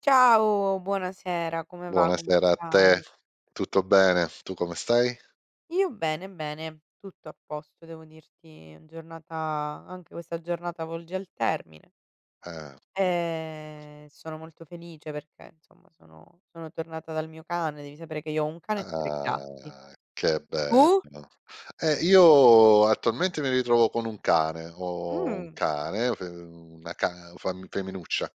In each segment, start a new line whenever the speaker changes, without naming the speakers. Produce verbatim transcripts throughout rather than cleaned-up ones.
Ciao, buonasera, come va? Come
Buonasera a te,
stai?
tutto bene? Tu come stai?
Io bene, bene, tutto a posto devo dirti, giornata anche questa giornata volge al termine.
Ah,
Ehm, sono molto felice perché insomma sono sono tornata dal mio cane, devi sapere che io ho un cane e tre gatti.
ah, che
Tu?
bello. Eh, io attualmente mi ritrovo con un cane, ho un
Mh.
cane, fe- una ca- fam- femminuccia,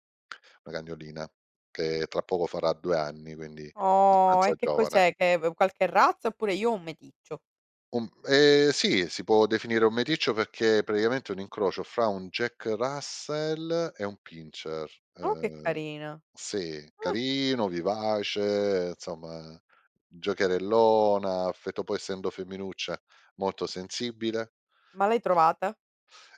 una cagnolina, che tra poco farà due anni, quindi
Oh, e
abbastanza
che
giovane.
cos'è? Che v Qualche razza, oppure io ho un meticcio.
Un ehm, sì, si può definire un meticcio perché praticamente è praticamente un incrocio fra un Jack Russell e un Pinscher.
Oh, che
Ehm,
carina.
sì,
Ah,
carino, vivace, insomma giocherellona, affetto poi essendo femminuccia molto sensibile.
ma l'hai trovata?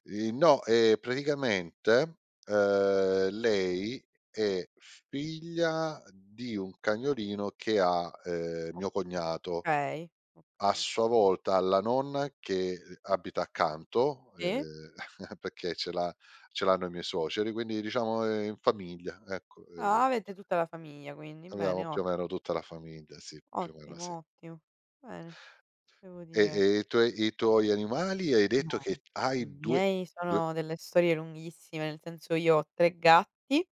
Ehm, no, ehm, praticamente, ehm, lei è figlia di un cagnolino che ha, ehm, mio cognato.
Okay,
A
okay,
sua
okay.
volta alla nonna che ehm, abita accanto,
Sì?
ehm, perché ce l'ha ce l'hanno i miei suoceri, quindi diciamo è in famiglia, ecco, ehm,
Ah, avete tutta la famiglia quindi,
avevamo
bene,
più o meno
ottimo,
tutta la famiglia, sì, più o meno
ottimo,
sì.
ottimo. Bene, devo
E e
dire.
i tuoi i tuoi animali hai
No,
detto che
i
hai due,
miei
due.
sono delle storie lunghissime, nel senso io ho tre gatti,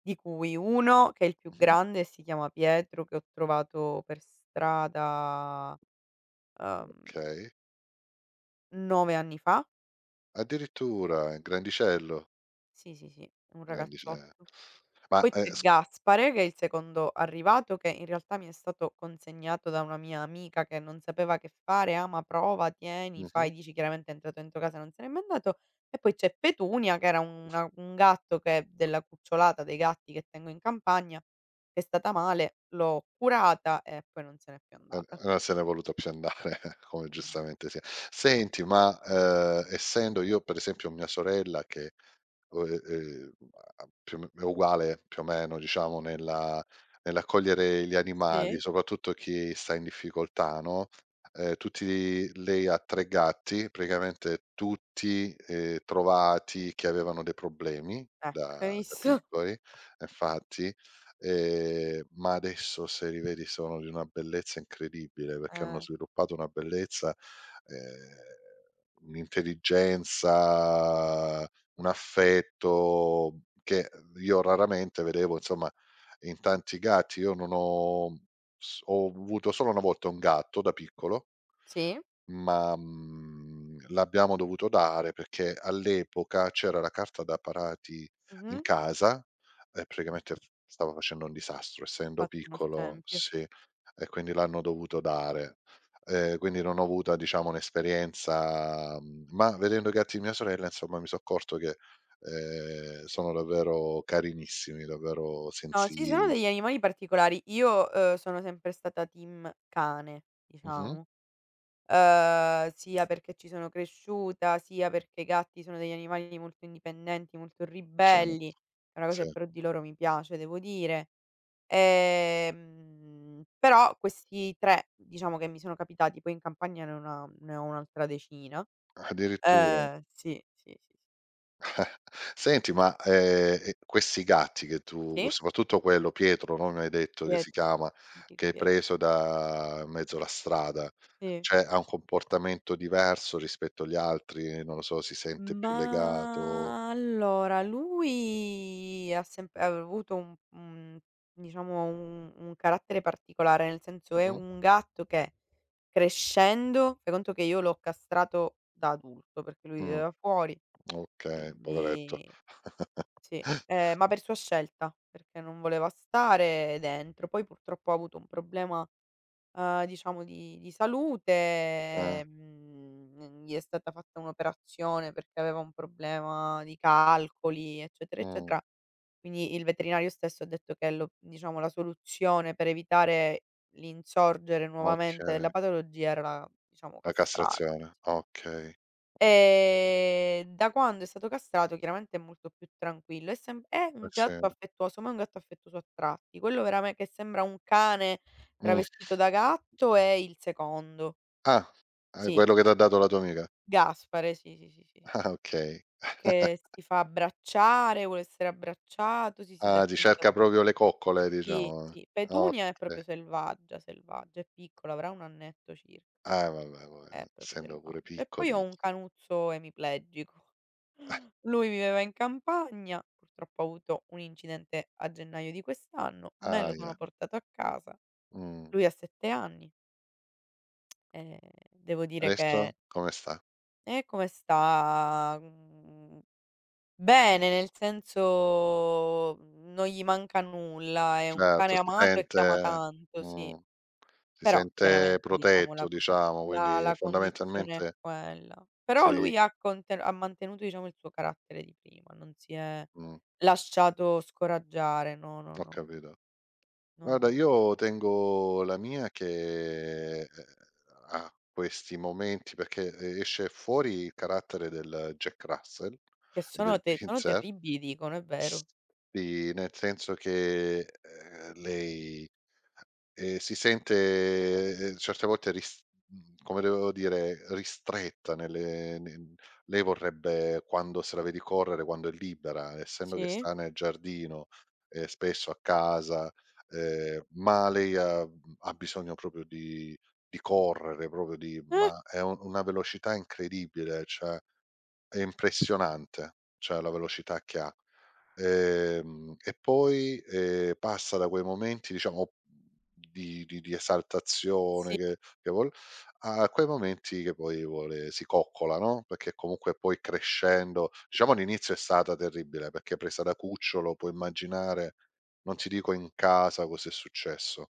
di cui uno che è il più
Mh-mh,
grande e si chiama Pietro, che ho trovato per strada uhm,
okay.
nove anni fa.
Addirittura, grandicello,
Sì, sì, sì, è un
grandice
ragazzotto.
ma,
Poi
ehm,
c'è
s
Gaspare, che è il secondo arrivato, che in realtà mi è stato consegnato da una mia amica che non sapeva che fare: "Ah, ma prova, tieni,
mh-mh,
fai", dici, chiaramente è entrato dentro casa, e non se n'è mai andato. E poi c'è Petunia, che era una un gatto che della cucciolata dei gatti che tengo in campagna, che è stata male, l'ho curata e poi non se n'è più
e
andata.
allora se n'è voluto più andare, come
Esa
giustamente sia. Senti, ma, ehm, essendo io per esempio mia sorella che O e ehm, a più o me è uguale più o meno diciamo nella nell'accogliere gli animali,
Sì,
soprattutto chi sta in difficoltà, no, ehm, tutti lei ha tre gatti, praticamente tutti, ehm, trovati che avevano dei problemi
ecco, hai
da da
visto?
piccoli, infatti, ehm, ma adesso se li vedi sono di una bellezza incredibile, perché hanno
Eh,
sviluppato una bellezza, ehm, un'intelligenza, un affetto che io raramente vedevo insomma in tanti gatti. Io non ho s ho avuto solo una volta un gatto da piccolo
sì,
ma, mhmm, l'abbiamo dovuto dare perché all'epoca c'era la carta da parati in
mh-mh,
casa e praticamente f stava facendo un disastro, essendo
fatto uno
piccolo
scempio.
sì, e quindi l'hanno dovuto dare. Ehm, quindi non ho avuta diciamo un'esperienza, mhmm, ma vedendo i gatti di mia sorella insomma mi so' accorto che, ehm, sono davvero carinissimi, davvero
No, ci sono
sensi
degli animali particolari. Io, uhm, sono sempre stata team cane,
mh-mh,
diciamo, uhm, sia perché ci sono cresciuta, sia perché i gatti sono degli animali molto indipendenti, molto
cioè
ribelli. È una cosa
sì,
che però di loro mi piace, devo dire. Ehm, però questi tre, diciamo, che mi sono capitati, poi in campagna ne ho una ne ho un'altra decina.
addirittura.
Uhm, sì, sì, sì, sì.
Senti, ma, ehm, e questi gatti che tu
Sì?
soprattutto quello Pietro, no, mi hai detto che si
Pietro,
chiama, che
mitico
hai
Pietro.
preso da in mezzo alla strada,
Sì.
cioè ha un comportamento diverso rispetto agli altri? Non lo so, si sente più legato.
Ma allora, lui ha sempre ha avuto un un diciamo un un carattere particolare, nel senso è
Mh-mh,
un gatto che, crescendo, fai conto che io l'ho castrato da adulto, perché lui
mh,
viveva fuori,
okay, poveretto.
quindi sì, ehm, ma per sua scelta, perché non voleva stare dentro. Poi purtroppo ha avuto un problema, uhm, diciamo di di
Eh,
salute, mhmm, gli è stata fatta un'operazione perché aveva un problema di calcoli, eccetera,
mh,
eccetera. Quindi il veterinario stesso ha detto che, lo diciamo, la soluzione per evitare l'insorgere nuovamente della
okay.
patologia era, diciamo,
La
castrarlo.
castrazione, okay,
Ehm, da quando è stato castrato, chiaramente è molto più tranquillo, è sem è
eh
un
sì,
gatto affettuoso, ma è un gatto affettuoso a tratti. Quello verame che sembra un cane
mh.
travestito da gatto è il secondo.
Ah, è
Sì,
quello che t'ha dato la tua amica.
Gaspare, sì, sì, sì, sì, sì.
Ah, okay.
Che si fa abbracciare, vuole essere abbracciato, si siede
Ah, ti
accanto a.
cerca proprio le coccole
Sì,
diciamo. Eh.
sì.
Ah
Petunia è
okay.
proprio selvaggia, selvaggia, è piccola, avrà un annetto cir
Ah vabbè poi eh,
È proprio
essendo pure
selvaggia. E poi ho
piccoli.
un canuzzo emiplegico. Lui viveva in campagna, purtroppo ha avuto un incidente a gennaio di quest'anno, me lo sono
Ahia,
portato a casa,
mh.
lui ha sette anni e devo dire
Adesso
che:
come sta?
"E come sta?" Mhmm, Bene, nel senso non gli manca nulla, è un
Certo,
cane
si
amato e che ama
sente,
tanto, sì.
mh, si
Però
sente
chiaramente diciamo la
protetto
con
diciamo,
la
quindi
la condizione è
fondamentalmente
quella. Però
sì,
lui ha conte ha mantenuto, diciamo, il suo carattere di prima, non si è
mh,
lasciato scoraggiare. No, no,
ho
no, no.
capito.
No,
Guarda
no, no.
io tengo la mia che, ehm, ha questi momenti perché e esce fuori il carattere del Jack Russell
Che
e del
sono te sono
Pincer.
terribili, dicono, è vero.
Sì, nel senso che, ehm, lei, ehm, si sente, ehm, certe volte ris mhmm, come devo dire, ristretta nelle ne lei vorrebbe quando se la vedi correre, quando è libera, essendo che
Sì?
sta nel giardino, ehm, spesso a casa, ehm, ma lei ha, mhmm, ha bisogno proprio di di correre, proprio di,
Eh,
ma è u una velocità incredibile, cioè è impressionante, cioè la velocità che ha. Ehm, e poi, ehm, passa da quei momenti diciamo di di di esaltazione,
sì,
che che vol a quei momenti che poi vuole si coccola, no, perché comunque poi crescendo diciamo all'inizio è stata terribile, perché presa da cucciolo puoi immaginare, non ti dico in casa cos'è successo,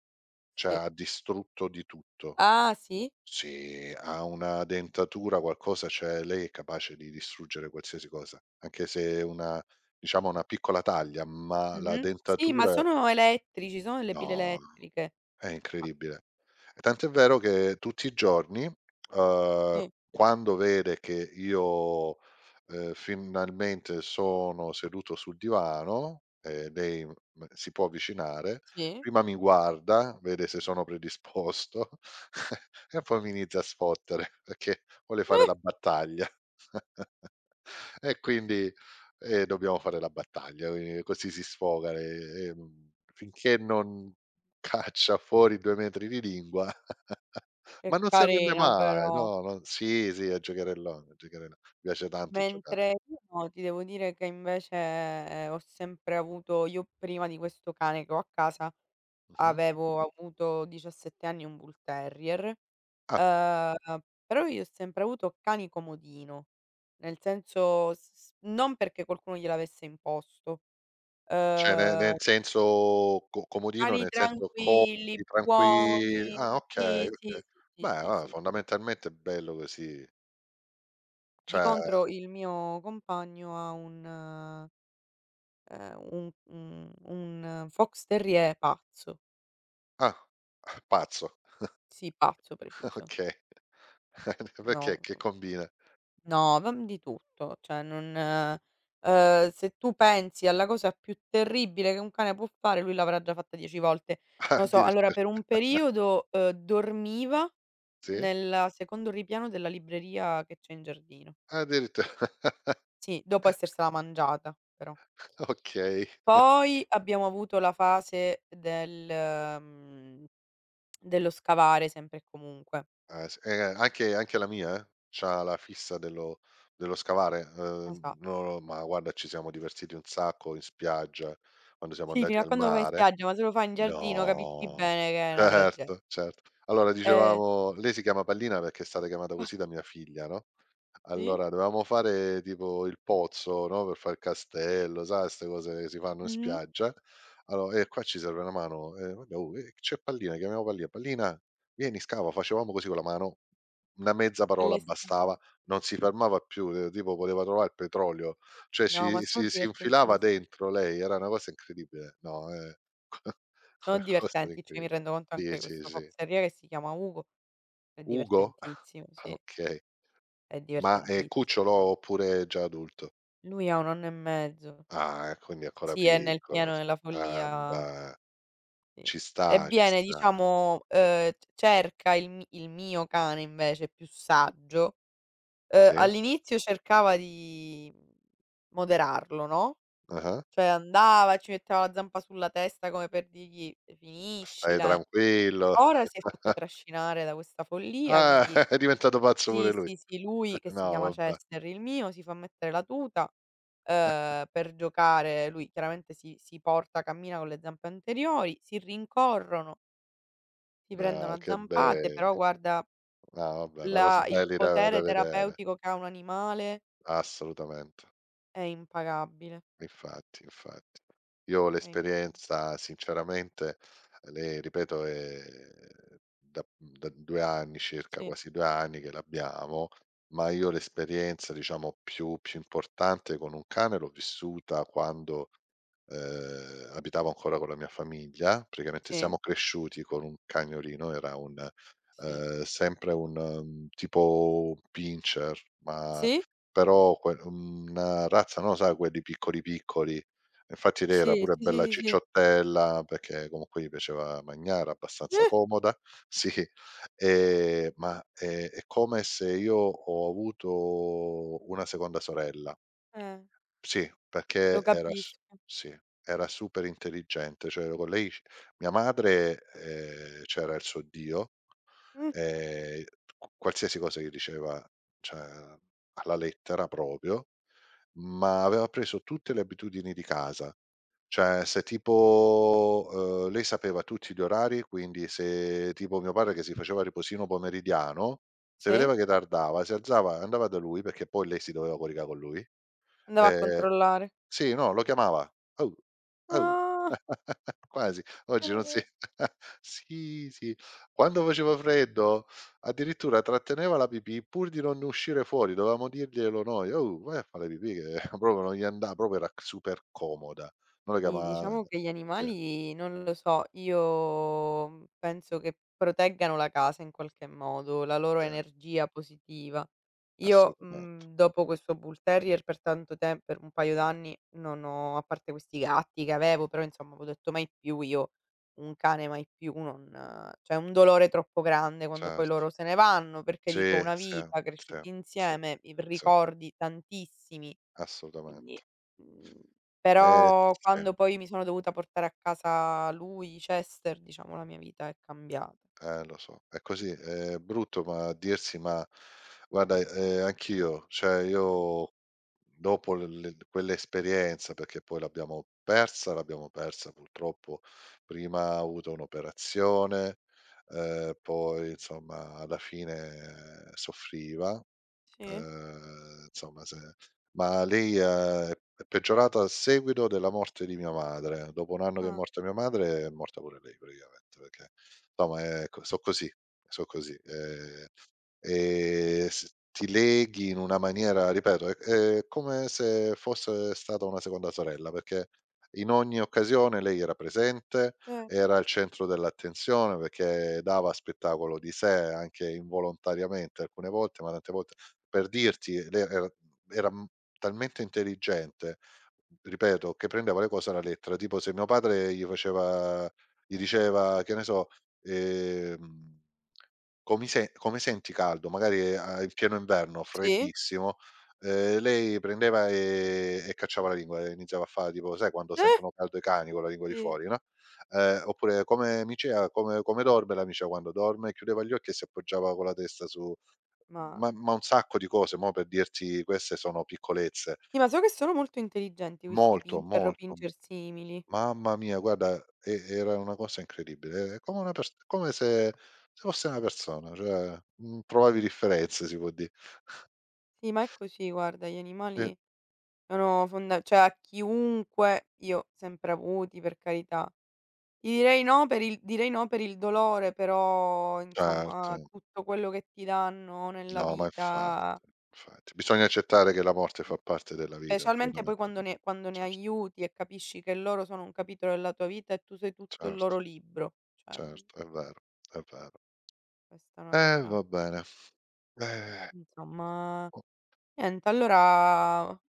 cioè
sì.
ha distrutto di tutto.
Ah, sì?
Sì, ha una dentatura, qualcosa, cioè lei è capace di distruggere qualsiasi cosa, anche se è una diciamo una piccola taglia, ma la
Mh-mh. Sì, ma
dentatura
sono elettrici, sono delle pile
no, no.
elettriche.
È
Ah,
incredibile. Tant'è vero che tutti i giorni, uhm,
sì?
quando vede che io, ehm, finalmente sono seduto sul divano e lei m si può avvicinare,
Sì?
prima mi guarda, vede se sono predisposto e poi mi inizia a sfottere perché vuole fare
Eh,
la battaglia. E quindi, ehm, dobbiamo fare la battaglia, ehm, così si sfoga le- e, ehm, finché non caccia fuori due metri di lingua,
che
ma non si arrende
carino
mai,
però.
no, no sì, sì, è giocherellone, è giocherello piace tanto giocare.
Mentre io no, ti devo dire che invece, ehm, ho sempre avuto, io, prima di questo cane che ho a casa,
Mh-mh.
avevo avuto diciassette anni un bull terrier,
Ah,
ehm, però io ho sempre avuto cani comodino, nel senso, s s non perché qualcuno gliel'avesse imposto,
cioè ne nel
ehm,
senso co comodino,
cani
nel senso comodi,
tranquilli, buoni,
tranquilli ah
sì,
okay,
sì,
okay.
sì, sì,
Beh,
sì,
va
sì.
fondamentalmente è bello così,
Di
cioè
contro il mio compagno ha un... Ehm, un un un eh, fox terrier pazzo.
ah, pazzo,
Sì, pazzo preciso.
okay, perché
No,
che combina?
no, vam di tutto, cioè non, ehm, se tu pensi alla cosa più terribile che un cane può fare, lui l'avrà già fatta dieci volte.
Ah,
Non lo so, allora
addirittura,
per un periodo, ehm, dormiva
sì?
nel secondo ripiano della libreria che c'è in giardino.
Addirittura,
Sì, dopo essersela mangiata però.
okay.
Poi abbiamo avuto la fase del mhmm, dello scavare sempre e comunque.
Ah, s eh, anche anche la mia, eh, c'ha la fissa dello dello scavare,
Esa
uhm, no, ma guarda ci siamo divertiti un sacco in spiaggia, quando siamo
Sì,
andati
fino a
al
quando lo fai in
mare.
spiaggia, ma se lo fai in giardino capisci
No,
bene che è una trage
certo, certo. Allora
eh,
dicevamo lei si chiama Pallina perché è stata chiamata
pa
così da mia figlia, no?
sì,
Allora, dovevamo fare tipo il pozzo, no, per fare il castello, sai, 'ste cose che si fanno in
mh-mh,
spiaggia. Allo e qua ci serve una mano. "Eh, vabbè, oh, eh, c'è Pallina", chiamiamo Pallina: "Pallina, vieni, scava". Facevamo così con la mano, una mezza
e
parola
le sca
bastava, non si fermava più, ehm, tipo voleva trovare il petrolio, cioè
no, ma
ci
sono
si si infilava
divertentissi
dentro lei, era una cosa incredibile. No, eh,
sono
qualcosa di
divertenti, cioè mi
incredibile.
rendo conto,
Sì,
anche
sì,
questo
sì.
fox terrier che si chiama Ugo è
Ugo?
divertentissimo,
Ah,
sì,
okay.
è
Ma è
divertentissi
cucciolo oppure già adulto?
lui ha un anno e mezzo.
Ah, e quindi è ancora
Sì, è nel
piccolo.
pieno della
Ah,
follia,
beh,
sì.
ci
E
sta, ci
viene,
sta.
diciamo, uhm, c cerca il mi il mio cane, invece, più saggio. Ehm,
Sì,
all'inizio cercava di moderarlo, no,
ah-ah.
cioè andava e ci metteva la zampa sulla testa come per dirgli:
Stai
"Finiscila, eh".
tranquillo.
Ora si è fatto trascinare da questa follia,
Ah,
quindi
è diventato pazzo pure
sì,
lui.
sì, sì, lui, che si
No,
chiama
vabbè.
Chester, il mio, si fa mettere la tuta, ehm, per giocare. Lui chiaramente si si porta cammina con le zampe anteriori, si rincorrono, si prendono
No,
a
che
zampate, però,
belli.
guarda,
No, vabbè, però so'
la il
belli da da
potere
vedere.
terapeutico che ha un animale
Assolutamente.
è impagabile.
Infatti, infatti. Io
Eh, infatti.
l'esperienza sinceramente, le ripeto, è da da due anni circa,
Sì,
quasi due anni che l'abbiamo, ma io l'esperienza diciamo più più importante con un cane l'ho vissuta quando, ehm, abitavo ancora con la mia famiglia. Praticamente
sì,
siamo cresciuti con un cagnolino, era un
sì.
ehm, sempre un, mhmm, tipo pincher, ma
Sì,
però que mhmm, una razza, no, sai quelli piccoli, piccoli. Infatti lei era
sì,
pure
sì, sì,
bella
sì, sì.
cicciottella, perché comunque gli piaceva mangiare, abbastanza
Eh,
comoda, sì, ehm, ma è è come se io ho avuto una seconda sorella.
eh,
Sì, perché
lo
era s
capisco.
sì, era super intelligente, cioè con lei c mia madre, ehm, c'era il suo Dio,
Mh,
ehm, q qualsiasi cosa che diceva, cioè alla lettera proprio ma aveva preso tutte le abitudini di casa. Cioè se tipo, uhm, lei sapeva tutti gli orari, quindi se tipo mio padre che si faceva il riposino pomeridiano, se
sì,
vedeva che tardava si alzava andava da lui, perché poi lei si doveva coricare con lui,
andava a
ehm
controllare.
sì, no, lo chiamava. "Au, au."
Ah,
Quasi, oggi non si
tenere
sì, sì. Quando faceva freddo, addirittura tratteneva la pipì pur di non uscire fuori, dovevamo dirglielo noi: "Oh, vai a fa' la pipì", che proprio non gli anda proprio era super comoda. Noi la
sì,
chiama
diciamo che gli
sì,
animali, non lo so, io, mhmm, penso che proteggano la casa in qualche modo, la loro
sì,
energia positiva. Io,
assolutamente.
mhmm, dopo questo Bull Terrier, per tanto tem per un paio d'anni non ho, a parte questi gatti che avevo, però insomma avevo detto: "Mai più io un cane, mai più", non eh, cioè è un dolore troppo grande quando poi
Certo.
loro se ne vanno, perché, dico,
Sì,
una
sì,
vita,
sì,
cresciuti
sì,
insieme, i
sì,
ricordi tantissimi. Quindi,
assolutamente.
mhmm,
Eh,
però,
sì.
quando poi mi sono dovuta portare a casa lui, Chester, diciamo la mia vita è cambiata.
Eh, lo so, è così, è brutto ma dirsi, ma guarda, ehm, anch'io, cioè io dopo l le quell'esperienza, perché poi l'abbiamo persa, l'abbiamo persa purtroppo, prima ho avuto un'operazione, ehm, poi insomma alla fine eh, soffriva.
Sì?
Ehm, insomma se ma lei è è peggiorata a seguito della morte di mia madre. Dopo un anno che è
Ah,
morta mia madre, è morta pure lei praticamente, perché insomma è co so' così, so' così. Ehm, e s ti leghi in una maniera ripeto, è è come se fosse stata una seconda sorella, perché in ogni occasione lei era presente,
eh.
era al centro dell'attenzione perché dava spettacolo di sé anche involontariamente alcune volte, ma tante volte per dirti, lei era era, mhmm, talmente intelligente, ripeto, che prendeva le cose alla lettera. Tipo se mio padre gli faceva gli diceva, che ne so, ehm: "Comi se come senti caldo?" Magari a in pieno inverno,
Sì.
freddissimo, ehm, lei prendeva e e cacciava la lingua e iniziava a fa tipo sai quando
Eh,
sentono caldo i cani con la lingua di
eh! Sì.
fuori, no, ehm, oppure: "Come micea, come come dorme la micea?" Quando dorme chiudeva gli occhi e si appoggiava con la testa su
Ma
ma ma un sacco di cose, mo per dirti queste sono piccolezze.
sì, ma so che sono molto intelligenti questi
Molto,
pincher o
molto.
pincher simili.
Mamma mia, guarda, e era una cosa incredibile. È come una pers come se se fosse una persona, cioè, mhmm, provavi differenze si può di
Sì, ma è così, guarda, gli
sì,
animali sono fonda cioè, a chiunque, io sempre avuti, per carità. Ti direi no per il direi no per il dolore, però insomma
certo.
tutto quello che ti danno nella
No, ma infa
vita,
infatti. Bisogna
ehm
accettare che la morte
Mh.
fa parte della vita
Specialmente poi quando ne
fondamentalmente.
quando ne
Certo,
aiuti e capisci che loro sono un capitolo della tua vita e tu sei tutto il
certo,
loro libro. Cioè, mhmm,
certo, è vero, è vero.
questa è una
Eh,
cosa,
va bene. Eh,
insomma,
o
niente, allora u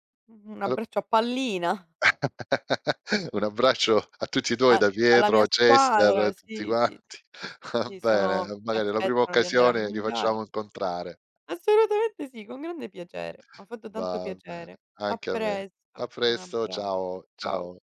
un abbraccio a Pallina,
Un abbraccio a tutti e due
a
da
alla
Pietro,
mia
a Chester,
squadra.
a tutti
Sì, sì,
quanti. Va
sì, sono mi
bene, magari alla prima
aspettano di andare a
occasione li facciamo
mangiare.
incontrare.
Assolutamente sì, con grande piacere. M'ha fatto tanto
Va bene,
piacere. A
anche a me. A
presto, un
presto,
abbraccio.
ciao,
Ciao.
ciao.